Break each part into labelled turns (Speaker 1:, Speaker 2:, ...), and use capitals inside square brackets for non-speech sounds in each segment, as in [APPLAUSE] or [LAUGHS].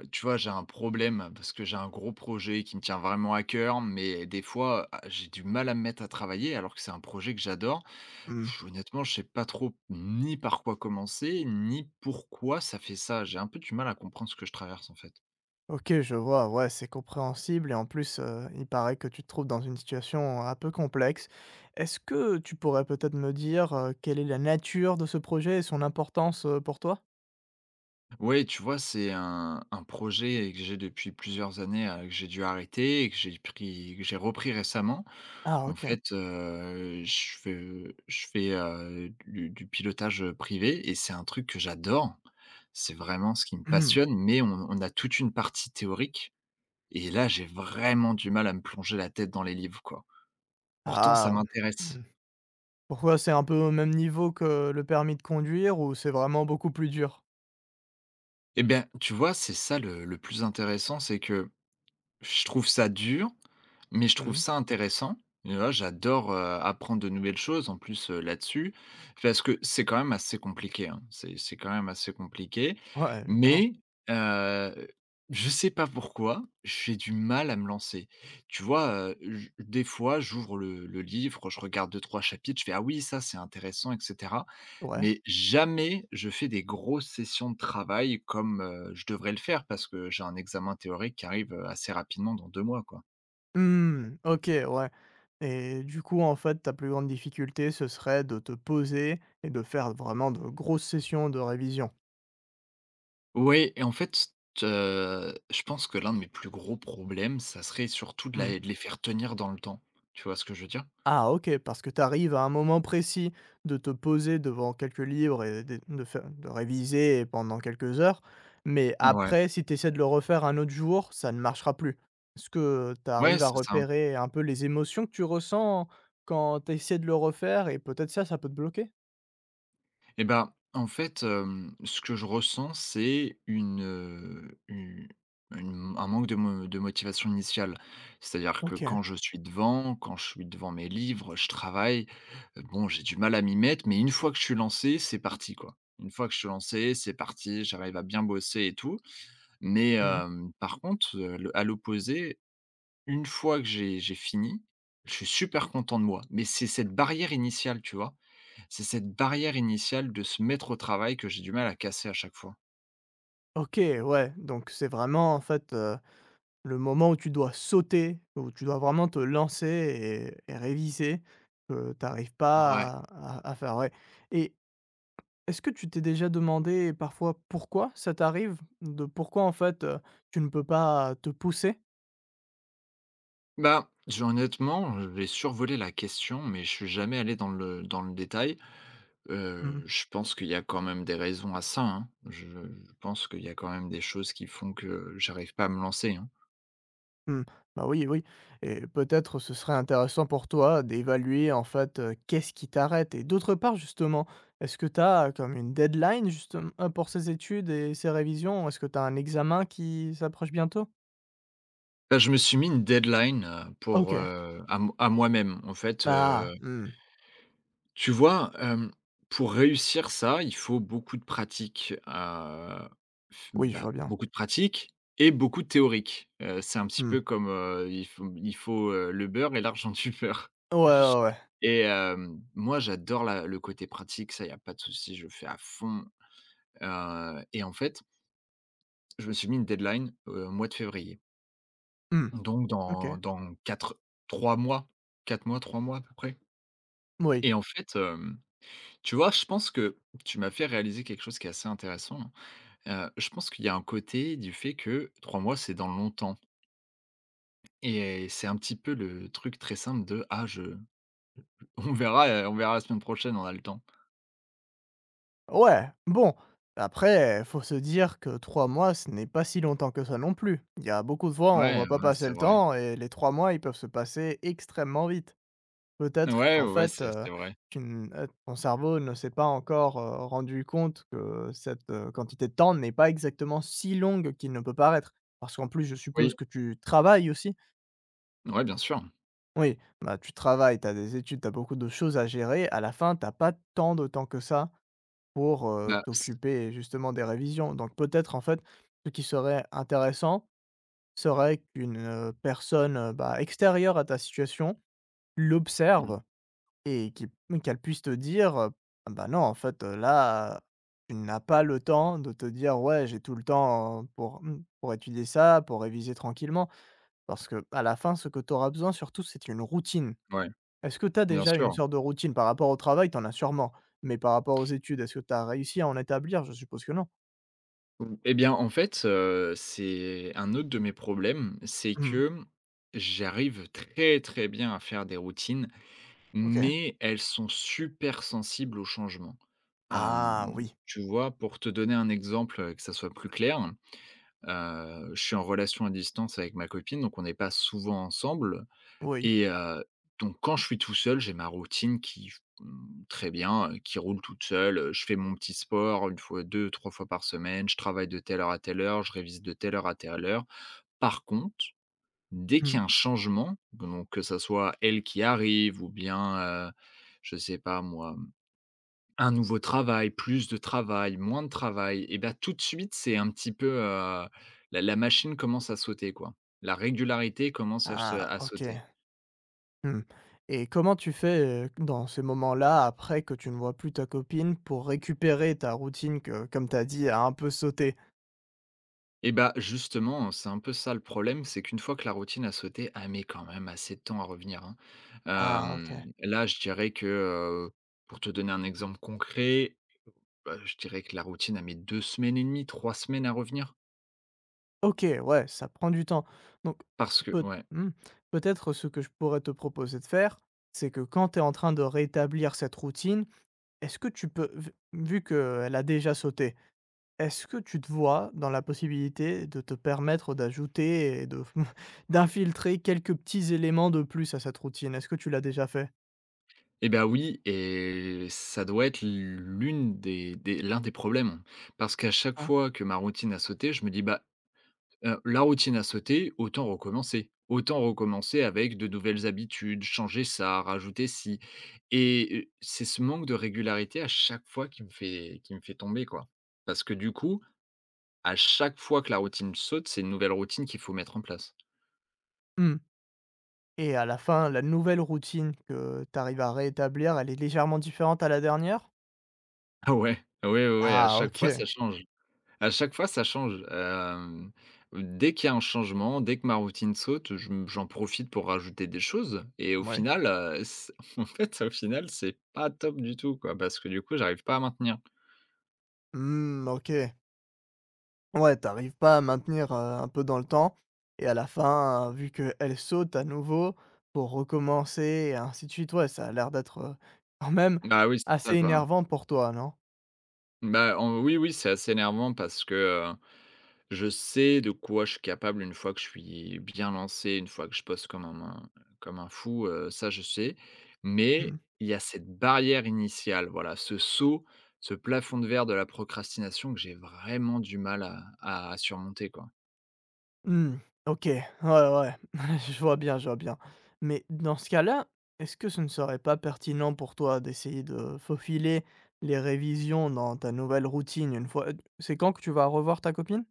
Speaker 1: Tu vois, j'ai un problème parce que j'ai un gros projet qui me tient vraiment à cœur, mais des fois, j'ai du mal à me mettre à travailler alors que c'est un projet que j'adore.
Speaker 2: Mmh.
Speaker 1: Honnêtement, je sais pas trop ni par quoi commencer, ni pourquoi ça fait ça. J'ai un peu du mal à comprendre ce que je traverse, en fait.
Speaker 2: OK, je vois, ouais, c'est compréhensible et en plus, il paraît que tu te trouves dans une situation un peu complexe. Est-ce que tu pourrais peut-être me dire, quelle est la nature de ce projet et son importance, pour toi?
Speaker 1: Oui, tu vois, c'est un projet que j'ai depuis plusieurs années, que j'ai dû arrêter et que j'ai repris récemment.
Speaker 2: Ah,
Speaker 1: En
Speaker 2: OK.
Speaker 1: fait, je fais, du pilotage, privé et c'est un truc que j'adore. C'est vraiment ce qui me
Speaker 2: Mmh.
Speaker 1: passionne, mais on a toute une partie théorique et là, j'ai vraiment du mal à me plonger la tête dans les livres, quoi. Pourtant, ça
Speaker 2: Ah, ouais.
Speaker 1: m'intéresse.
Speaker 2: Mmh. Pourquoi c'est un peu au même niveau que le permis de conduire ou c'est vraiment beaucoup plus dur?
Speaker 1: Eh bien, tu vois, c'est ça le plus intéressant, c'est que je trouve ça dur, mais je trouve
Speaker 2: Mmh.
Speaker 1: ça intéressant. Et voilà, j'adore, apprendre de nouvelles choses en plus, là-dessus, parce que c'est quand même assez compliqué, hein. C'est quand même assez compliqué,
Speaker 2: Ouais, évidemment.
Speaker 1: mais, heu, je sais pas pourquoi, j'ai du mal à me lancer. Tu vois, j des fois, j'ouvre le livre, je regarde deux trois chapitres, je fais: «Ah oui, ça, c'est intéressant» etc.
Speaker 2: Ouais.
Speaker 1: Mais jamais je fais des grosses sessions de travail comme, je devrais le faire parce que j'ai un examen théorique qui arrive, assez rapidement dans 2 mois, quoi.
Speaker 2: Mmh. OK, ouais, et du coup, en fait, ta plus grande difficulté, ce serait de te poser et de faire vraiment de grosses sessions de révision?
Speaker 1: Oui et en fait, je pense que l'un de mes plus gros problèmes, ça serait surtout de
Speaker 2: Mmh.
Speaker 1: la de les faire tenir dans le temps. Tu vois ce que je veux dire?
Speaker 2: Ah, OK, parce que tu arrives à un moment précis de te poser devant quelques livres et de faire de réviser pendant quelques heures, mais
Speaker 1: Ouais.
Speaker 2: après si tu essaies de le refaire un autre jour, ça ne marchera plus. Est-ce que tu
Speaker 1: Ouais,
Speaker 2: arrives à
Speaker 1: c'est ça.
Speaker 2: repérer un peu les émotions que tu ressens quand tu essaies de le refaire et peut-être ça, ça peut te bloquer?
Speaker 1: Et ben en fait, ce que je ressens, c'est une, u une un manque de motivation initiale. C'est-à-dire que
Speaker 2: OK.
Speaker 1: quand je suis devant mes livres, je travaille, bon, j'ai du mal à m'y mettre, mais une fois que je suis lancé, c'est parti, quoi. Une fois que je suis lancé, c'est parti, j'arrive à bien bosser et tout. Mais,
Speaker 2: Mmh,
Speaker 1: par contre, le à l'opposé, une fois que j'ai fini, je suis super content de moi. Mais c'est cette barrière initiale, tu vois? C'est cette barrière initiale de se mettre au travail que j'ai du mal à casser à chaque fois.
Speaker 2: OK, ouais, donc c'est vraiment en fait, le moment où tu dois sauter, où tu dois vraiment te lancer et réviser, que tu arrives
Speaker 1: Ouais.
Speaker 2: pas à faire, ouais, et est-ce que tu t'es déjà demandé parfois pourquoi ça t'arrive? De pourquoi, en fait, tu ne peux pas te pousser?
Speaker 1: Bah, j'ai honnêtement, j'ai survolé la question, mais je suis jamais allé dans le détail.
Speaker 2: Mmh.
Speaker 1: Je pense qu'il y a quand même des raisons à ça, hein. Je pense qu'il y a quand même des choses qui font que j'arrive pas à me lancer, hein.
Speaker 2: Mh. Bah, oui, oui, et peut-être ce serait intéressant pour toi d'évaluer, en fait, qu'est-ce qui t'arrête? Et d'autre part, justement, est-ce que tu as comme une deadline, justement pour ces études et ces révisions? Est-ce que tu as un examen qui s'approche bientôt?
Speaker 1: Bah, je me suis mis une deadline, pour,
Speaker 2: OK.
Speaker 1: à moi-même. En fait,
Speaker 2: Ah, mmh.
Speaker 1: tu vois, pour réussir ça, il faut beaucoup de pratique, f
Speaker 2: Oui, je
Speaker 1: bah,
Speaker 2: vois bien.
Speaker 1: beaucoup de pratique et beaucoup de théorique. C'est un petit
Speaker 2: Mmh.
Speaker 1: peu comme, il faut, le beurre et l'argent [LAUGHS] du beurre
Speaker 2: Ouais, ouais, ouais.
Speaker 1: et moi, j'adore la le côté pratique, ça, il y a pas de souci, je fais à fond, et en fait, je me suis mis une deadline, au mois de février.
Speaker 2: Mmh.
Speaker 1: Donc dans
Speaker 2: OK.
Speaker 1: dans 4 3 mois, 4 mois, 3 mois à peu près
Speaker 2: Oui.
Speaker 1: et en fait, tu vois, je pense que tu m'as fait réaliser quelque chose qui est assez intéressant, hein. Je pense qu'il y a un côté du fait que 3 mois, c'est dans longtemps et c'est un petit peu le truc très simple de: «Ah je [LAUGHS] on verra la semaine prochaine, on a le temps».
Speaker 2: Ouais, bon, après, faut se dire que 3 mois, ce n'est pas si longtemps que ça non plus. Il y a beaucoup de fois, on
Speaker 1: Ouais,
Speaker 2: voit pas
Speaker 1: ouais,
Speaker 2: passer
Speaker 1: c'est
Speaker 2: le
Speaker 1: vrai.
Speaker 2: temps et les 3 mois, ils peuvent se passer extrêmement vite. Peut-être
Speaker 1: Ouais, ouais,
Speaker 2: qu'en
Speaker 1: ouais,
Speaker 2: fait,
Speaker 1: c'est c'est vrai.
Speaker 2: tu n ton cerveau ne s'est pas encore, rendu compte que cette, quantité de temps n'est pas exactement si longue qu'il ne peut paraître. Parce qu'en plus, je suppose
Speaker 1: Oui,
Speaker 2: que tu travailles aussi?
Speaker 1: ouais, bien sûr.
Speaker 2: Oui, bah, tu travailles, tu as des études, tu as beaucoup de choses à gérer. À la fin, tu pas tant de temps que ça pour,
Speaker 1: Bah, c
Speaker 2: t'occuper justement des révisions. Donc peut-être, en fait, ce qui serait intéressant serait qu'une, personne, bah, extérieure à ta situation
Speaker 1: mmh,
Speaker 2: l'observe et qui qu'elle puisse te dire: «Ah «Bah, non, en fait, là, tu n'as pas le temps de te dire: "Ouais, j'ai tout le temps, pour étudier ça, pour réviser tranquillement"» parce que à la fin, ce que tu auras besoin surtout, c'est une routine.
Speaker 1: ouais,
Speaker 2: Est-ce que tu as
Speaker 1: bien
Speaker 2: déjà une
Speaker 1: sûr.
Speaker 2: sorte de routine? Par rapport au travail, t'en as sûrement, mais par rapport aux études, est-ce que tu as réussi à en établir? Je suppose que non?
Speaker 1: Mmh, eh bien, en fait, c'est un autre de mes problèmes, c'est
Speaker 2: Mmh.
Speaker 1: que j'arrive très, très bien à faire des routines,
Speaker 2: OK.
Speaker 1: mais elles sont super sensibles aux changements.
Speaker 2: Ah,
Speaker 1: Hem,
Speaker 2: oui,
Speaker 1: tu vois, pour te donner un exemple, que ça soit plus clair, je suis en relation à distance avec ma copine, donc on n'est pas souvent ensemble,
Speaker 2: oui.
Speaker 1: et donc quand je suis tout seul, j'ai ma routine qui très bien, qui roule toute seule, je fais mon petit sport une fois, deux, trois fois par semaine, je travaille de telle heure à telle heure, je révise de telle heure à telle heure. Par contre, dès qu'il
Speaker 2: Mmh.
Speaker 1: y a un changement, donc que ça soit elle qui arrive ou bien, je sais pas moi, un nouveau travail, plus de travail, moins de travail et bah, tout de suite, c'est un petit peu, la machine commence à sauter, quoi. La régularité commence
Speaker 2: Ah,
Speaker 1: à
Speaker 2: OK.
Speaker 1: sauter.
Speaker 2: Mmh, et comment tu fais, dans ces moments-là, après que tu ne vois plus ta copine, pour récupérer ta routine que, comme tu as dit, a un peu sauté?
Speaker 1: Et bah, justement, c'est un peu ça le problème, c'est qu'une fois que la routine a sauté, elle met quand même assez de temps à revenir, hein.
Speaker 2: Ah, OK.
Speaker 1: Là, je dirais que, heu, pour te donner un exemple concret, bah, je dirais que la routine a mis 2 semaines et demie, 3 semaines à revenir
Speaker 2: OK, ouais, ça prend du temps. Donc
Speaker 1: parce que
Speaker 2: peut
Speaker 1: ouais.
Speaker 2: mmh, peut-être ce que je pourrais te proposer de faire, c'est que quand tu es en train de rétablir cette routine, est-ce que tu peux vu qu'elle a déjà sauté, est-ce que tu te vois dans la possibilité de te permettre d'ajouter et de [LAUGHS] d'infiltrer quelques petits éléments de plus à cette routine? Est-ce que tu l'as déjà fait?
Speaker 1: Et ben oui et ça doit être l'un des problèmes, parce qu'à chaque
Speaker 2: Hein?
Speaker 1: fois que ma routine a sauté, je me dis: «Bah, heu, la routine a sauté, autant recommencer. Autant recommencer avec de nouvelles habitudes, changer ça, rajouter ci et c'est ce manque de régularité à chaque fois qui me fait tomber, quoi. Parce que du coup, à chaque fois que la routine saute, c'est une nouvelle routine qu'il faut mettre en place.
Speaker 2: Mmh, et à la fin, la nouvelle routine que tu arrives à réétablir, elle est légèrement différente à la dernière?
Speaker 1: Ah ouais, ouais, ouais, ouais, à
Speaker 2: Ah,
Speaker 1: chaque
Speaker 2: OK,
Speaker 1: fois ça change. À chaque fois, ça change, dès qu'il y a un changement, dès que ma routine saute, je m j'en profite pour rajouter des choses et au
Speaker 2: oui.
Speaker 1: final, c [LAUGHS] en fait, au final, c'est pas top du tout, quoi, parce que du coup, j'arrive pas à maintenir.
Speaker 2: Mmh, OK. Ouais, t'arrives pas à maintenir, un peu dans le temps et à la fin, vu qu'elle saute à nouveau pour recommencer et ainsi de suite, ouais, ça a l'air d'être, quand même
Speaker 1: Bah oui, c'est ça,
Speaker 2: assez
Speaker 1: quoi.
Speaker 2: énervant pour toi, non?
Speaker 1: Bah, en oui, oui, c'est assez énervant parce que, je sais de quoi je suis capable une fois que je suis bien lancé, une fois que je poste comme un fou, ça je sais. Mais
Speaker 2: Mmh.
Speaker 1: il y a cette barrière initiale, voilà, ce saut, ce plafond de verre de la procrastination que j'ai vraiment du mal à surmonter, quoi.
Speaker 2: Mmh. OK. Ouais, ouais. [LAUGHS] Je vois bien, je vois bien. Mais dans ce cas-là, est-ce que ce ne serait pas pertinent pour toi d'essayer de faufiler les révisions dans ta nouvelle routine une fois, c'est quand que tu vas revoir ta copine?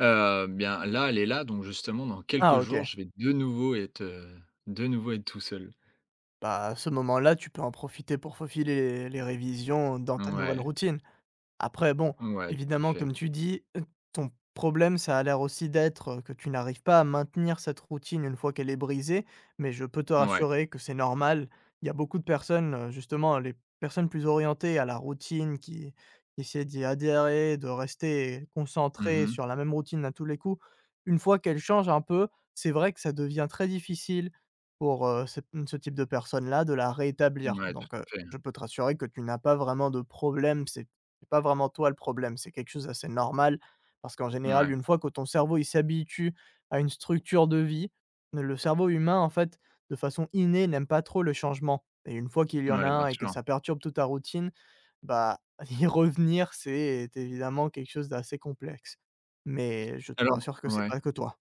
Speaker 1: Bien là, elle est là, donc justement dans quelques
Speaker 2: Ah,
Speaker 1: jours,
Speaker 2: OK.
Speaker 1: je vais de nouveau être, tout seul.
Speaker 2: Bah, à ce moment-là, tu peux en profiter pour faufiler les révisions dans ta nouvelle
Speaker 1: Ouais,
Speaker 2: routine. Après bon,
Speaker 1: ouais, tout à
Speaker 2: évidemment,
Speaker 1: fait.
Speaker 2: comme tu dis, ton problème, ça a l'air aussi d'être, que tu n'arrives pas à maintenir cette routine une fois qu'elle est brisée, mais je peux te
Speaker 1: Ouais.
Speaker 2: rassurer que c'est normal. Il y a beaucoup de personnes, justement, les personnes plus orientées à la routine qui essaient d'y adhérer, de rester concentrées
Speaker 1: Mmh.
Speaker 2: sur la même routine à tous les coups. Une fois qu'elle change un peu, c'est vrai que ça devient très difficile pour, ce ce type de personnes-là de la rétablir.
Speaker 1: Ouais,
Speaker 2: Donc,
Speaker 1: tout à fait.
Speaker 2: je peux te rassurer que tu n'as pas vraiment de problème, c'est pas vraiment toi le problème, c'est quelque chose d'assez normal parce qu'en général,
Speaker 1: Ouais,
Speaker 2: une fois que ton cerveau, il s'habitue à une structure de vie, le cerveau humain, en fait, de façon innée, n'aime pas trop le changement et une fois qu'il y en a
Speaker 1: ouais, bien
Speaker 2: un et que
Speaker 1: sûr.
Speaker 2: ça perturbe toute ta routine, bah, [LAUGHS] y revenir, c'est évidemment quelque chose d'assez complexe. Mais je te
Speaker 1: Alors
Speaker 2: rassure que c'est
Speaker 1: ouais.
Speaker 2: pas que toi.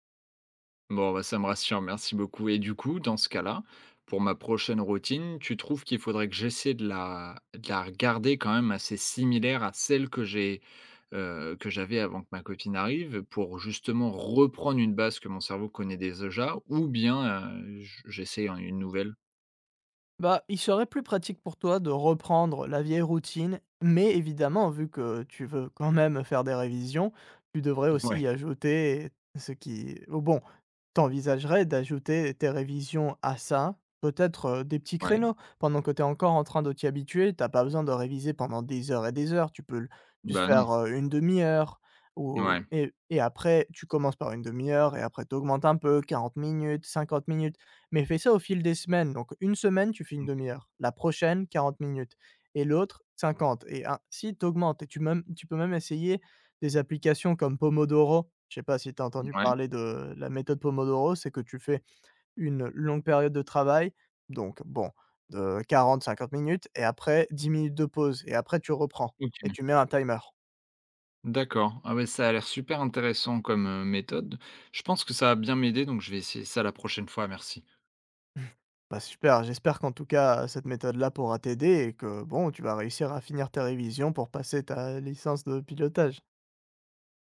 Speaker 1: Bon, bah, ça me rassure, merci beaucoup. Et du coup, dans ce cas-là, pour ma prochaine routine, tu trouves qu'il faudrait que j'essaie de la regarder quand même assez similaire à celle que j'ai, que j'avais avant que ma copine arrive, pour justement reprendre une base que mon cerveau connaît déjà, ou bien j'essaie une nouvelle?
Speaker 2: Bah, il serait plus pratique pour toi de reprendre la vieille routine, mais évidemment, vu que tu veux quand même faire des révisions, tu devrais aussi y
Speaker 1: Ouais.
Speaker 2: ajouter ce qui ou bon, t'envisagerais d'ajouter tes révisions à ça, peut-être, des petits
Speaker 1: Ouais.
Speaker 2: créneaux. Pendant que t'es encore en train de t'y habituer, t'as pas besoin de réviser pendant des heures et des heures, tu peux l juste
Speaker 1: Bah non.
Speaker 2: faire, 1/2 heure ou
Speaker 1: Ouais.
Speaker 2: et après tu commences par une demi heure et après t'augmentes un peu, 40 minutes, 50 minutes. Mais fais ça au fil des semaines. Donc, une semaine, tu fais une demi-heure. La prochaine, 40 minutes. Et l'autre, 50. Et ainsi, tu augmentes. Et tu, même, tu peux même essayer des applications comme Pomodoro. Je sais pas si tu as entendu
Speaker 1: Ouais.
Speaker 2: parler de la méthode Pomodoro. C'est que tu fais une longue période de travail. Donc, bon, de 40-50 minutes. Et après, 10 minutes de pause. Et après, tu reprends. Et tu
Speaker 1: Ok.
Speaker 2: mets un timer.
Speaker 1: D'accord. Ah ouais, ça a l'air super intéressant comme méthode. Je pense que ça va bien m'aider, donc je vais essayer ça la prochaine fois. Merci.
Speaker 2: Bah, super, j'espère qu'en tout cas, cette méthode-là pourra t'aider et que, bon, tu vas réussir à finir tes révisions pour passer ta licence de pilotage.